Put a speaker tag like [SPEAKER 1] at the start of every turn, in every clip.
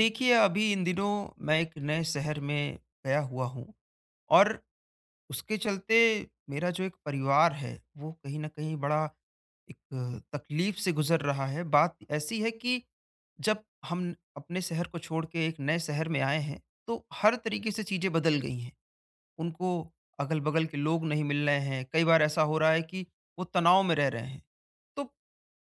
[SPEAKER 1] देखिए, अभी इन दिनों मैं एक नए शहर में गया हुआ हूँ और उसके चलते मेरा जो एक परिवार है, वो कहीं न कहीं बड़ा एक तकलीफ़ से गुज़र रहा है। बात ऐसी है कि जब हम अपने शहर को छोड़ के एक नए शहर में आए हैं, तो हर तरीके से चीज़ें बदल गई हैं। उनको अगल-बगल के लोग नहीं मिल रहे हैं। कई बार ऐसा हो रहा है कि वो तनाव में रह रहे हैं। तो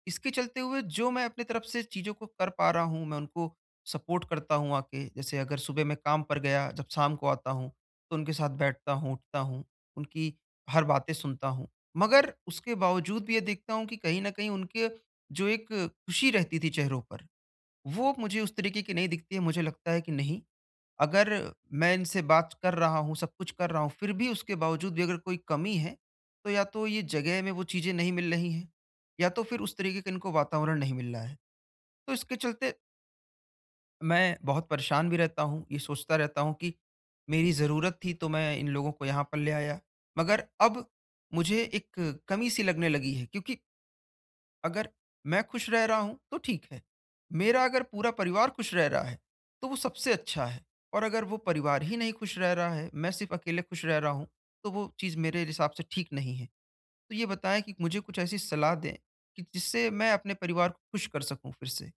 [SPEAKER 1] इसके चलते हुए जो मैं अपनी तरफ से चीज़ों को कर पा रहा हूँ, मैं उनको सपोर्ट करता हूँ आके। जैसे अगर सुबह मैं काम पर गया, जब शाम को आता हूँ, तो उनके साथ बैठता हूँ, उठता हूँ, उनकी हर बातें सुनता हूँ। मगर उसके बावजूद भी ये देखता हूँ कि कहीं न कहीं उनके जो एक खुशी रहती थी चेहरों पर, वो मुझे उस तरीके की नहीं दिखती है। मुझे लगता है कि नहीं, अगर मैं इनसे बात कर रहा हूँ, सब कुछ कर रहा हूँ, फिर भी उसके बावजूद भी अगर कोई कमी है, तो या तो ये जगह में वो चीज़ें नहीं मिल रही हैं, या तो फिर उस तरीके का इनको वातावरण नहीं मिल रहा है। तो इसके चलते मैं बहुत परेशान भी रहता हूँ, ये सोचता रहता हूँ कि मेरी ज़रूरत थी तो मैं इन लोगों को यहाँ पर ले आया, मगर अब मुझे एक कमी-सी लगने लगी है क्योंकि अगर मैं खुश रह रहा हूँ तो ठीक है। मेरा अगर पूरा परिवार खुश रह रहा है तो वो सबसे अच्छा है, और अगर वो परिवार ही नहीं खुश रह रहा है, मैं सिर्फ अकेले खुश रह रहा हूँ, तो वो चीज़ मेरे हिसाब से ठीक नहीं है। तो ये बताएं कि मुझे कुछ ऐसी सलाह दें कि जिससे मैं अपने परिवार को खुश कर सकूं फिर से।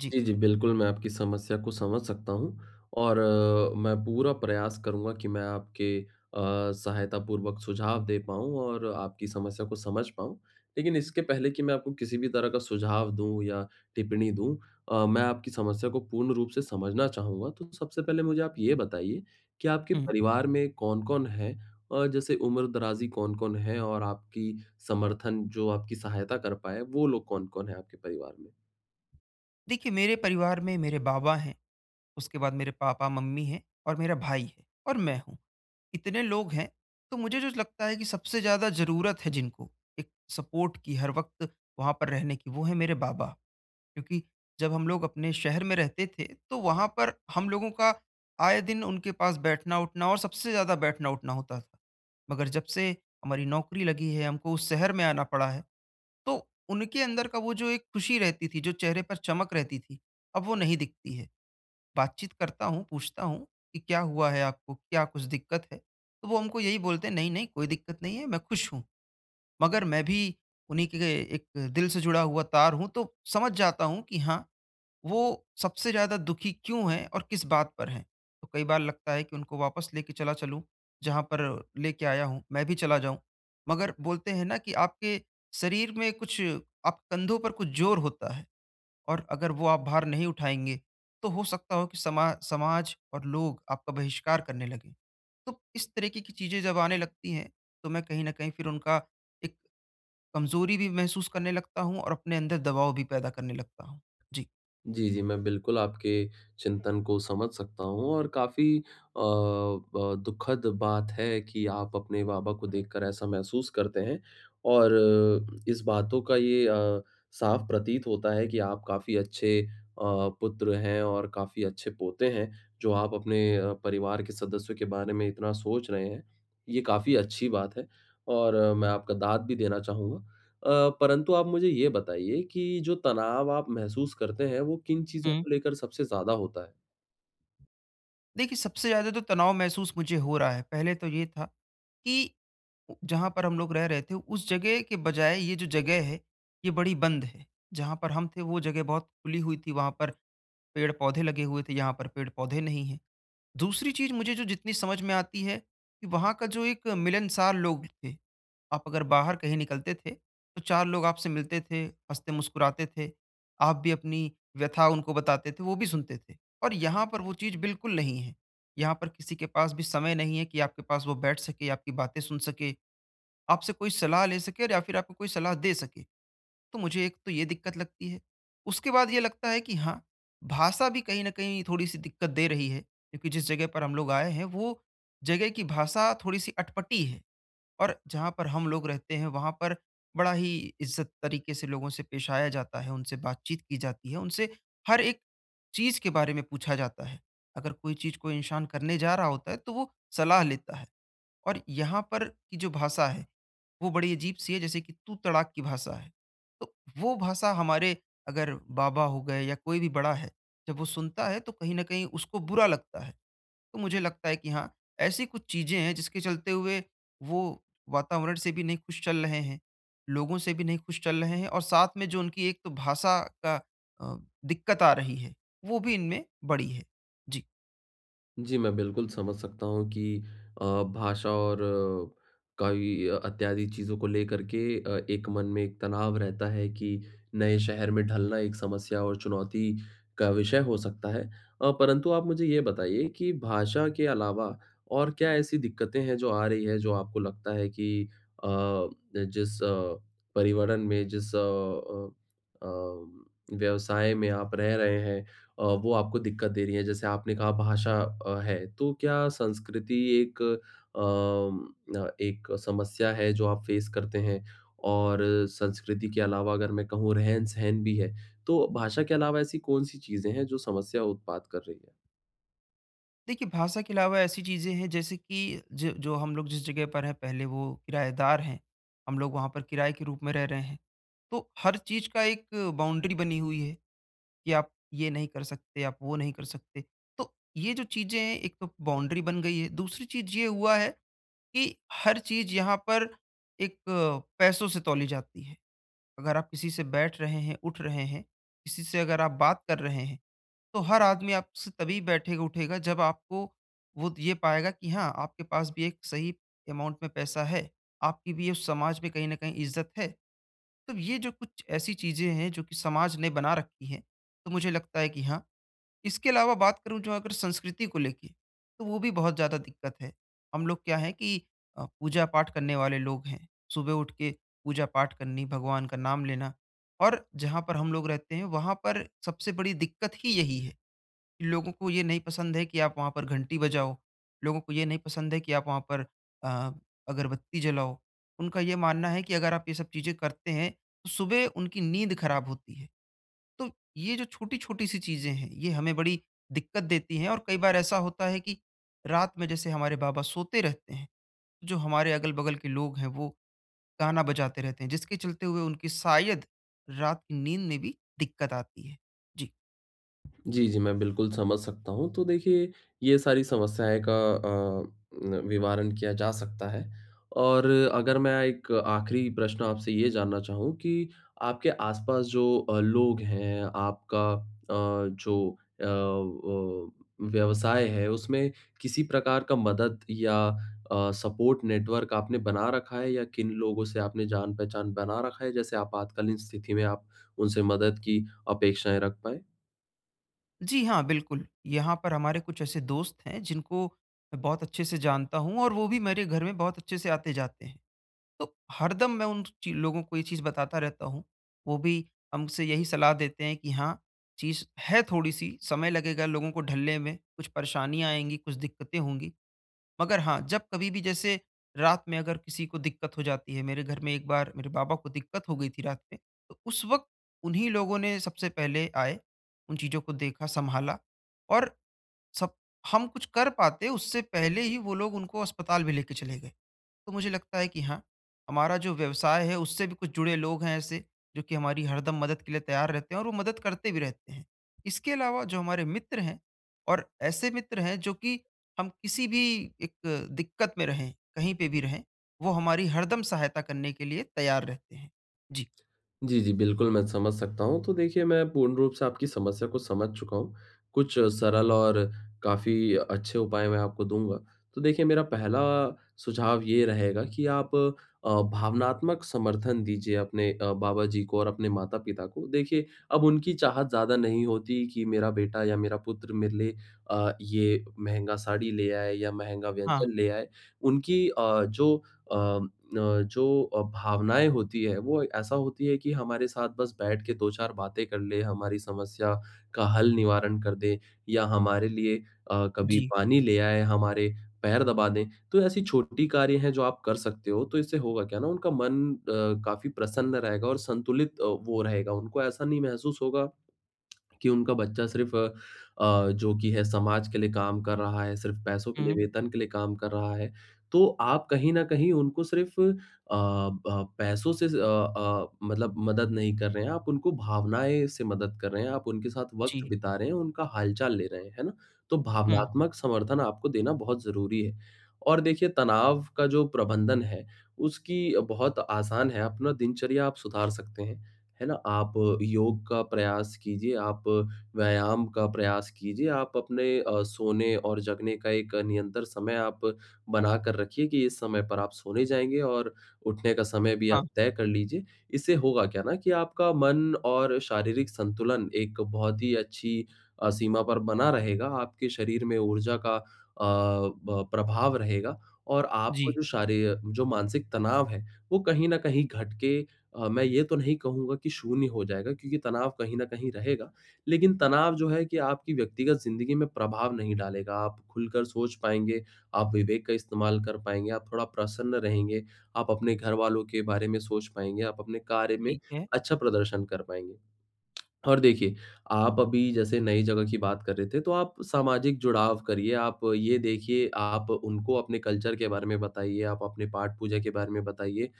[SPEAKER 1] जी।
[SPEAKER 2] जी, जी, बिल्कुल, मैं आपकी समस्या को समझ सकता हूँ और मैं पूरा प्रयास करूँगा कि मैं आपके सहायतापूर्वक सुझाव दे पाऊँ और आपकी समस्या को समझ पाऊँ। लेकिन इसके पहले कि मैं आपको किसी भी तरह का सुझाव दूँ या टिप्पणी दूँ, मैं आपकी समस्या को पूर्ण रूप से समझना चाहूँगा। तो सबसे पहले मुझे आप ये बताइए कि आपके
[SPEAKER 1] हम्म।
[SPEAKER 2] परिवार में कौन-कौन है? जैसे उम्र-दराज़ी कौन-कौन है और आपकी समर्थन जो आपकी सहायता कर पाएँ, वो लोग कौन-कौन हैं आपके परिवार में?
[SPEAKER 1] देखिए, मेरे परिवार में मेरे बाबा हैं, उसके बाद मेरे पापा-मम्मी हैं और मेरा भाई है और मैं हूँ। इतने लोग हैं, तो मुझे जो लगता है कि सबसे ज़्यादा ज़रूरत है जिनको, एक सपोर्ट की हर वक़्त वहाँ पर रहने की, वो है मेरे बाबा। क्योंकि जब हम लोग अपने शहर में रहते थे, तो वहाँ पर हम लोगों का आए दिन उनके पास बैठना-उठना और सबसे ज़्यादा बैठना-उठना होता था। मगर जब से हमारी नौकरी लगी है, हमको उस शहर में आना पड़ा है, तो उनके अंदर का वो जो एक खुशी रहती थी, जो चेहरे पर चमक रहती थी, अब वो नहीं दिखती है। बातचीत करता हूँ, पूछता हूँ कि क्या हुआ है आपको? क्या कुछ दिक्कत है? तो वो हमको यही बोलते हैं, "नहीं-नहीं, कोई दिक्कत नहीं है, मैं खुश हूँ।" मगर मैं भी उन्हीं के एक दिल से जुड़ा हुआ तार हूँ, तो समझ जाता हूँ कि हाँ, वो सबसे ज़्यादा दुखी क्यों हैं और किस बात पर हैं। तो कई बार लगता है कि उनको वापस लेके चला चलूँ, जहाँ पर लेके आया हूँ, मैं भी चला जाऊँ। मगर बोलते हैं ना कि आपके शरीर में कुछ आपके कंधों पर कुछ ज़ोर होता है। और अगर वो आप भार नहीं उठाएँगे, तो हो सकता हो कि समाज और लोग आपका बहिष्कार करने लगें। तो इस तरीके की चीज़ें जब आने लगती हैं, तो मैं कहीं न कहीं फिर उनका एक कमज़ोरी भी महसूस करने लगता हूँ और अपने अंदर दबाव भी पैदा करने लगता हूँ। जी।
[SPEAKER 2] जी, जी, मैं बिल्कुल आपके चिंतन को समझ सकता हूँ और काफ़ी दुखद बात है कि आप अपने बाबा को देखकर ऐसा महसूस करते हैं और इस बातों का ये साफ प्रतीत होता है कि आप काफ़ी अच्छे पुत्र हैं और काफ़ी अच्छे पोते हैं, जो आप अपने परिवार के सदस्यों के बारे में इतना सोच रहे हैं, ये काफ़ी अच्छी बात है और मैं आपका दाद भी देना चाहूँगा। परंतु आप मुझे ये बताइए कि जो तनाव आप महसूस करते हैं, वो किन चीज़ों
[SPEAKER 1] हुँ।
[SPEAKER 2] को लेकर सबसे ज़्यादा होता है?
[SPEAKER 1] देखिए, सबसे ज़्यादा तो तनाव महसूस मुझे हो रहा है। पहले तो ये था कि उ जहाँ पर हम लोग रह रहे थे, उस जगह के बजाय ये जो जगह है, ये बड़ी बंद है। जहाँ पर हम थे, वो जगह बहुत खुली हुई थी, वहाँ पर पेड़-पौधे लगे हुए थे, यहाँ पर पेड़-पौधे नहीं हैं। दूसरी चीज़ मुझे जो जितनी समझ में आती है कि वहाँ का जो एक मिलनसार लोग थे। आप अगर बाहर कहीं निकलते थे, तो 4 लोग आपसे मिलते थे, हँसते-मुस्कुराते थे। आप भी अपनी व्यथा उनको बताते थे, वो भी सुनते थे। और यहाँ पर वो चीज़ बिल्कुल नहीं है। यहाँ पर किसी के पास भी समय नहीं है कि आपके पास वो बैठ सके, आपकी बातें सुन सके, आपसे कोई सलाह ले सके और या फिर आपको कोई सलाह दे सके। तो मुझे एक तो ये दिक्कत लगती है। उसके बाद ये लगता है कि हाँ, भाषा भी कहीं न कहीं थोड़ी-सी दिक्कत दे रही है, क्योंकि जिस जगह पर हम लोग आए हैं, वो जगह की भाषा थोड़ी-सी अटपटी है। और जहाँ पर हम लोग रहते हैं, वहाँ पर बड़ा ही इज़्ज़त तरीके से लोगों से पेश आया जाता है, उनसे बातचीत की जाती है, उनसे हर एक चीज़ के बारे में पूछा जाता है। अगर कोई चीज़ कोई इंसान करने जा रहा होता है, तो वो सलाह लेता है। और यहाँ पर की जो भाषा है, वो बड़ी अजीब सी है, जैसे कि तू तड़ाक की भाषा है। तो वो भाषा हमारे अगर बाबा हो गए या कोई भी बड़ा है, जब वो सुनता है तो कहीं ना कहीं उसको बुरा लगता है। तो मुझे लगता है कि हाँ, ऐसी कुछ चीज़ें हैं जिसके चलते हुए वो वातावरण से भी नहीं खुश चल रहे हैं, लोगों से भी नहीं खुश चल रहे हैं और साथ में जो उनकी एक तो भाषा का अ, दिक्कत आ रही है, वो भी इनमें बड़ी है। जी।
[SPEAKER 2] जी, मैं बिल्कुल समझ सकता हूँ कि अ, भाषा और कई इत्यादि चीज़ों को लेकर के एक मन में एक तनाव रहता है कि नए शहर में ढलना एक समस्या और चुनौती का विषय हो सकता है। परंतु आप मुझे ये बताइए कि भाषा के अलावा और क्या ऐसी दिक्कतें हैं जो आ रही है, जो आपको लगता है कि अ, जिस अ, परिवरण में, जिस व्यवसाय में आप रह रहे हैं, वो आपको दिक्कत दे रही हैं। जैसे आपने कहा भाषा है, तो क्या संस्कृति एक एक समस्या है जो आप फ़ेस करते हैं? और संस्कृति के अलावा अगर मैं कहूँ रहन-सहन भी है, तो भाषा के अलावा ऐसी कौन-सी चीज़ें हैं जो समस्या उत्पाद कर रही है?
[SPEAKER 1] देखिए, भाषा के अलावा ऐसी चीज़ें हैं जैसे कि ज जो हम लोग जिस जगह पर हैं पहले वो किराएदार हैं, हम लोग वहाँ पर किराए के रूप में रह रहे हैं। तो हर चीज़ का एक बाउंड्री बनी हुई है कि आप ये नहीं कर सकते, आप वो नहीं कर सकते। तो ये जो चीज़ें हैं, एक तो बाउंड्री बन गई है, दूसरी चीज़ ये हुआ है कि हर चीज़ यहाँ पर एक पैसों से तौली जाती है। अगर आप किसी से बैठ रहे हैं, उठ रहे हैं, किसी से अगर आप बात कर रहे हैं, तो हर आदमी आपसे तभी बैठेगा उठेगा जब आपको वो ये पाएगा कि हाँ, आपके पास भी एक सही अमाउंट में पैसा है, आपकी भी उस समाज में कहीं ना कहीं इज्जत है। तो ये जो कुछ ऐसी चीजें हैं जो कि समाज ने बना रखी हैं, तो मुझे लगता है कि हाँ, इसके अलावा बात करूँ जो अगर संस्कृति को लेके, तो वो भी बहुत ज़्यादा दिक्कत है। हम लोग क्या है कि पूजा पाठ करने वाले लोग हैं, सुबह उठ के पूजा पाठ करनी, भगवान का नाम लेना। और जहाँ पर हम लोग रहते हैं वहाँ पर सबसे बड़ी दिक्कत ही यही है, लोगों को ये नहीं पसंद है कि आप वहाँ पर घंटी बजाओ, लोगों को ये नहीं पसंद है कि आप वहाँ पर अ, अगरबत्ती जलाओ। उनका ये मानना है कि अगर आप ये सब चीज़ें करते हैं, तो सुबह उनकी नींद खराब होती है। तो ये जो छोटी-छोटी सी चीज़ें हैं, ये हमें बड़ी दिक्कत देती हैं और कई बार ऐसा होता है कि रात में जैसे हमारे बाबा सोते रहते हैं, जो हमारे अगल-बगल के लोग हैं, वो गाना बजाते रहते हैं, जिसके चलते हुए उनकी शायद रात की नींद में भी दिक्कत आती है। जी।
[SPEAKER 2] जी, जी, मैं बिल्कुल समझ सकता हूँ। तो देखिए, ये सारी समस्याएँ का न निवारण किया जा सकता है और अगर मैं एक आखिरी प्रश्न आपसे ये जानना चाहूँ कि आपके आस-पास जो लोग हैं, आपका अ, जो वो व्यवसाय है, उसमें किसी प्रकार का मदद या सपोर्ट नेटवर्क आपने बना रखा है या किन लोगों से आपने जान-पहचान बना रखा है, जैसे आपातकालीन स्थिति में आप उनसे मदद की अपेक्षाएँ रख पाएँ?
[SPEAKER 1] जी हाँ, बिल्कुल। यहाँ पर हमारे कुछ ऐसे दोस्त हैं जिनको मैं बहुत अच्छे से जानता हूँ और वो भी मेरे घर में बहुत अच्छे से आते-जाते हैं। तो हरदम मैं उन ची लोगों को ये चीज़ बताता रहता हूँ। वो भी हमसे यही सलाह देते हैं कि हाँ, चीज़ है थोड़ी-सी, समय लगेगा लोगों को ढलने में, कुछ परेशानियाँ आएँगी, कुछ दिक्कतें होंगी। मगर हाँ, जब कभी भी जैसे रात में अगर किसी को दिक्कत हो जाती है, मेरे घर में एक बार मेरे बाबा को दिक्कत हो गई थी रात में, तो उस वक़्त उन्हीं लोगों ने सबसे पहले आए, उन चीज़ों को देखा, सँभाला और सब हम कुछ कर पाते उससे पहले ही वो लोग उनको अस्पताल भी लेके चले गए। तो मुझे लगता है कि हाँ, हमारा जो व्यवसाय है उससे भी कुछ जुड़े लोग हैं ऐसे जो कि हमारी हरदम मदद के लिए तैयार रहते हैं और वो मदद करते भी रहते हैं। इसके अलावा जो हमारे मित्र हैं और ऐसे मित्र हैं जो कि हम किसी भी एक दिक्कत में रहें, कहीं पे भी रहें, वो हमारी हरदम सहायता करने के लिए तैयार रहते हैं। जी,
[SPEAKER 2] जी, जी, बिल्कुल, मैं समझ सकता हूँ। तो देखिए, मैं पूर्ण रूप से आपकी समस्या को समझ चुका हूँ। कुछ सरल और काफ़ी अच्छे उपाय मैं आपको दूँगा। तो देखिए, मेरा पहला सुझाव ये रहेगा कि आप भावनात्मक समर्थन दीजिए अपने बाबा जी को और अपने माता-पिता को। देखिए, अब उनकी चाहत ज़्यादा नहीं होती कि मेरा बेटा या मेरा पुत्र मेरे लिए ये महँगा साड़ी ले आए या महँगा
[SPEAKER 1] हाँ,
[SPEAKER 2] व्यंजन ले आए। उनकी जो भावनाएँ होती है वो ऐसा होती है कि हमारे साथ बस बैठ के 2-4 बातें कर ले, हमारी समस्या का हल निवारण कर दे या हमारे लिए कभी
[SPEAKER 1] जी,
[SPEAKER 2] पानी ले आए, हमारे पैर दबा दें। तो ऐसी छोटी कार्य हैं जो आप कर सकते हो, तो इससे होगा क्या ना उनका मन काफ़ी प्रसन्न रहेगा और संतुलित वो रहेगा। उनको ऐसा नहीं महसूस होगा कि उनका बच्चा सिर्फ़ जो कि है समाज के लिए काम कर रहा है, सिर्फ़ पैसों के लिए,
[SPEAKER 1] हुँ,
[SPEAKER 2] वेतन के लिए काम कर रहा है। तो आप कहीं न कहीं उनको सिर्फ़ अ, ब पैसों से मतलब मदद नहीं कर रहे हैं, आप उनको भावनाएँ से मदद कर रहे हैं, आप उनके साथ वक़्त
[SPEAKER 1] जी,
[SPEAKER 2] बिता रहे हैं, उनका हालचाल ले रहे हैं, है ना? तो
[SPEAKER 1] हुँ,
[SPEAKER 2] भावनात्मक समर्थन आपको देना बहुत ज़रूरी है। और देखिए तनाव का जो प्रबंधन है, उसकी बहुत आसान है, अपना दिनचर्या आप सुधार सकते हैं। है ना? आप योग का प्रयास कीजिए, आप व्यायाम का प्रयास कीजिए, आप अपने सोने और जगने का एक निरंतर समय आप बना कर रखिए कि इस समय पर आप सोने जाएँगे और उठने का समय भी
[SPEAKER 1] हाँ,
[SPEAKER 2] आप तय कर लीजिए। इससे होगा क्या ना कि आपका मन और शारीरिक संतुलन एक बहुत ही अच्छी सीमा पर बना रहेगा, आपके शरीर में ऊर्जा का अ, ब प्रभाव रहेगा और आपको
[SPEAKER 1] जी,
[SPEAKER 2] जो मानसिक तनाव है, वो कहीं न कहीं घट के मैं ये तो नहीं कहूँगा कि शून्य हो जाएगा क्योंकि तनाव कहीं न कहीं रहेगा। लेकिन तनाव जो है कि आपकी व्यक्तिगत ज़िंदगी में प्रभाव नहीं डालेगा। आप खुलकर सोच पाएँगे, आप विवेक का इस्तेमाल कर पाएँगे, आप थोड़ा प्रसन्न रहेंगे, आप अपने घरवालों के बारे में सोच पाएँगे, आप अपने कार्य में
[SPEAKER 1] ठीक है,
[SPEAKER 2] अच्छा प्रदर्शन कर पाएँगे। और देखिए, आप अभी जैसे नई जगह की बात कर रहे थे, तो आप सामाजिक जुड़ाव करिए। आप ये देखिए, आप उनको अपने कल्चर के बारे में बताइए, आप अपने पाठ पूजा के बारे में बताइए।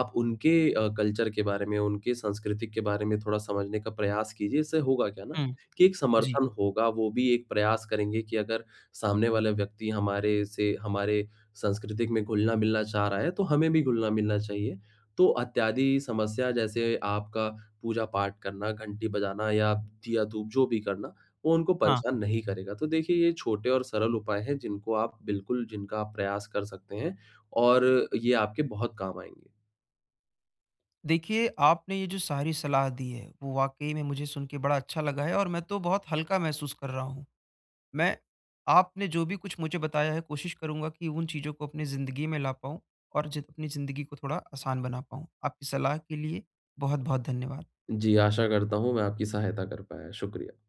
[SPEAKER 2] आप उनके कल्चर के बारे में, उनके सांस्कृतिक के बारे में थोड़ा समझने का प्रयास कीजिए। इससे होगा क्या ना
[SPEAKER 1] हुँ,
[SPEAKER 2] कि एक
[SPEAKER 1] जी,
[SPEAKER 2] समर्थन होगा, वो भी एक प्रयास करेंगे कि अगर सामने वाला व्यक्ति हमारे से हमारे सांस्कृतिक में घुलना-मिलना चाह रहा है, तो हमें भी घुलना-मिलना चाहिए। तो इत्यादि समस्या जैसे आपका पूजा पाठ करना, घंटी बजाना या दिया-धूप जो भी करना, वो उनको
[SPEAKER 1] हाँ।
[SPEAKER 2] परेशान नहीं करेगा। तो देखिए ये छोटे और सरल उपाय हैं जिनको आप बिल्कुल जिनका आप प्रयास कर सकते हैं और ये आपके बहुत काम आएँगे।
[SPEAKER 1] देखिए, आपने ये जो सारी सलाह दी है, वो वाक़ई में मुझे सुन के बड़ा अच्छा लगा है और मैं तो बहुत हल्का महसूस कर रहा हूँ। मैं आपने जो भी कुछ मुझे बताया है, कोशिश करूँगा कि उन चीज़ों को अपनी ज़िंदगी में ला पाऊँ और ज अपनी ज़िंदगी को थोड़ा आसान बना पाऊँ। आपकी सलाह के लिए बहुत-बहुत धन्यवाद।
[SPEAKER 2] जी, आशा करता हूँ मैं आपकी सहायता कर पाया। शुक्रिया।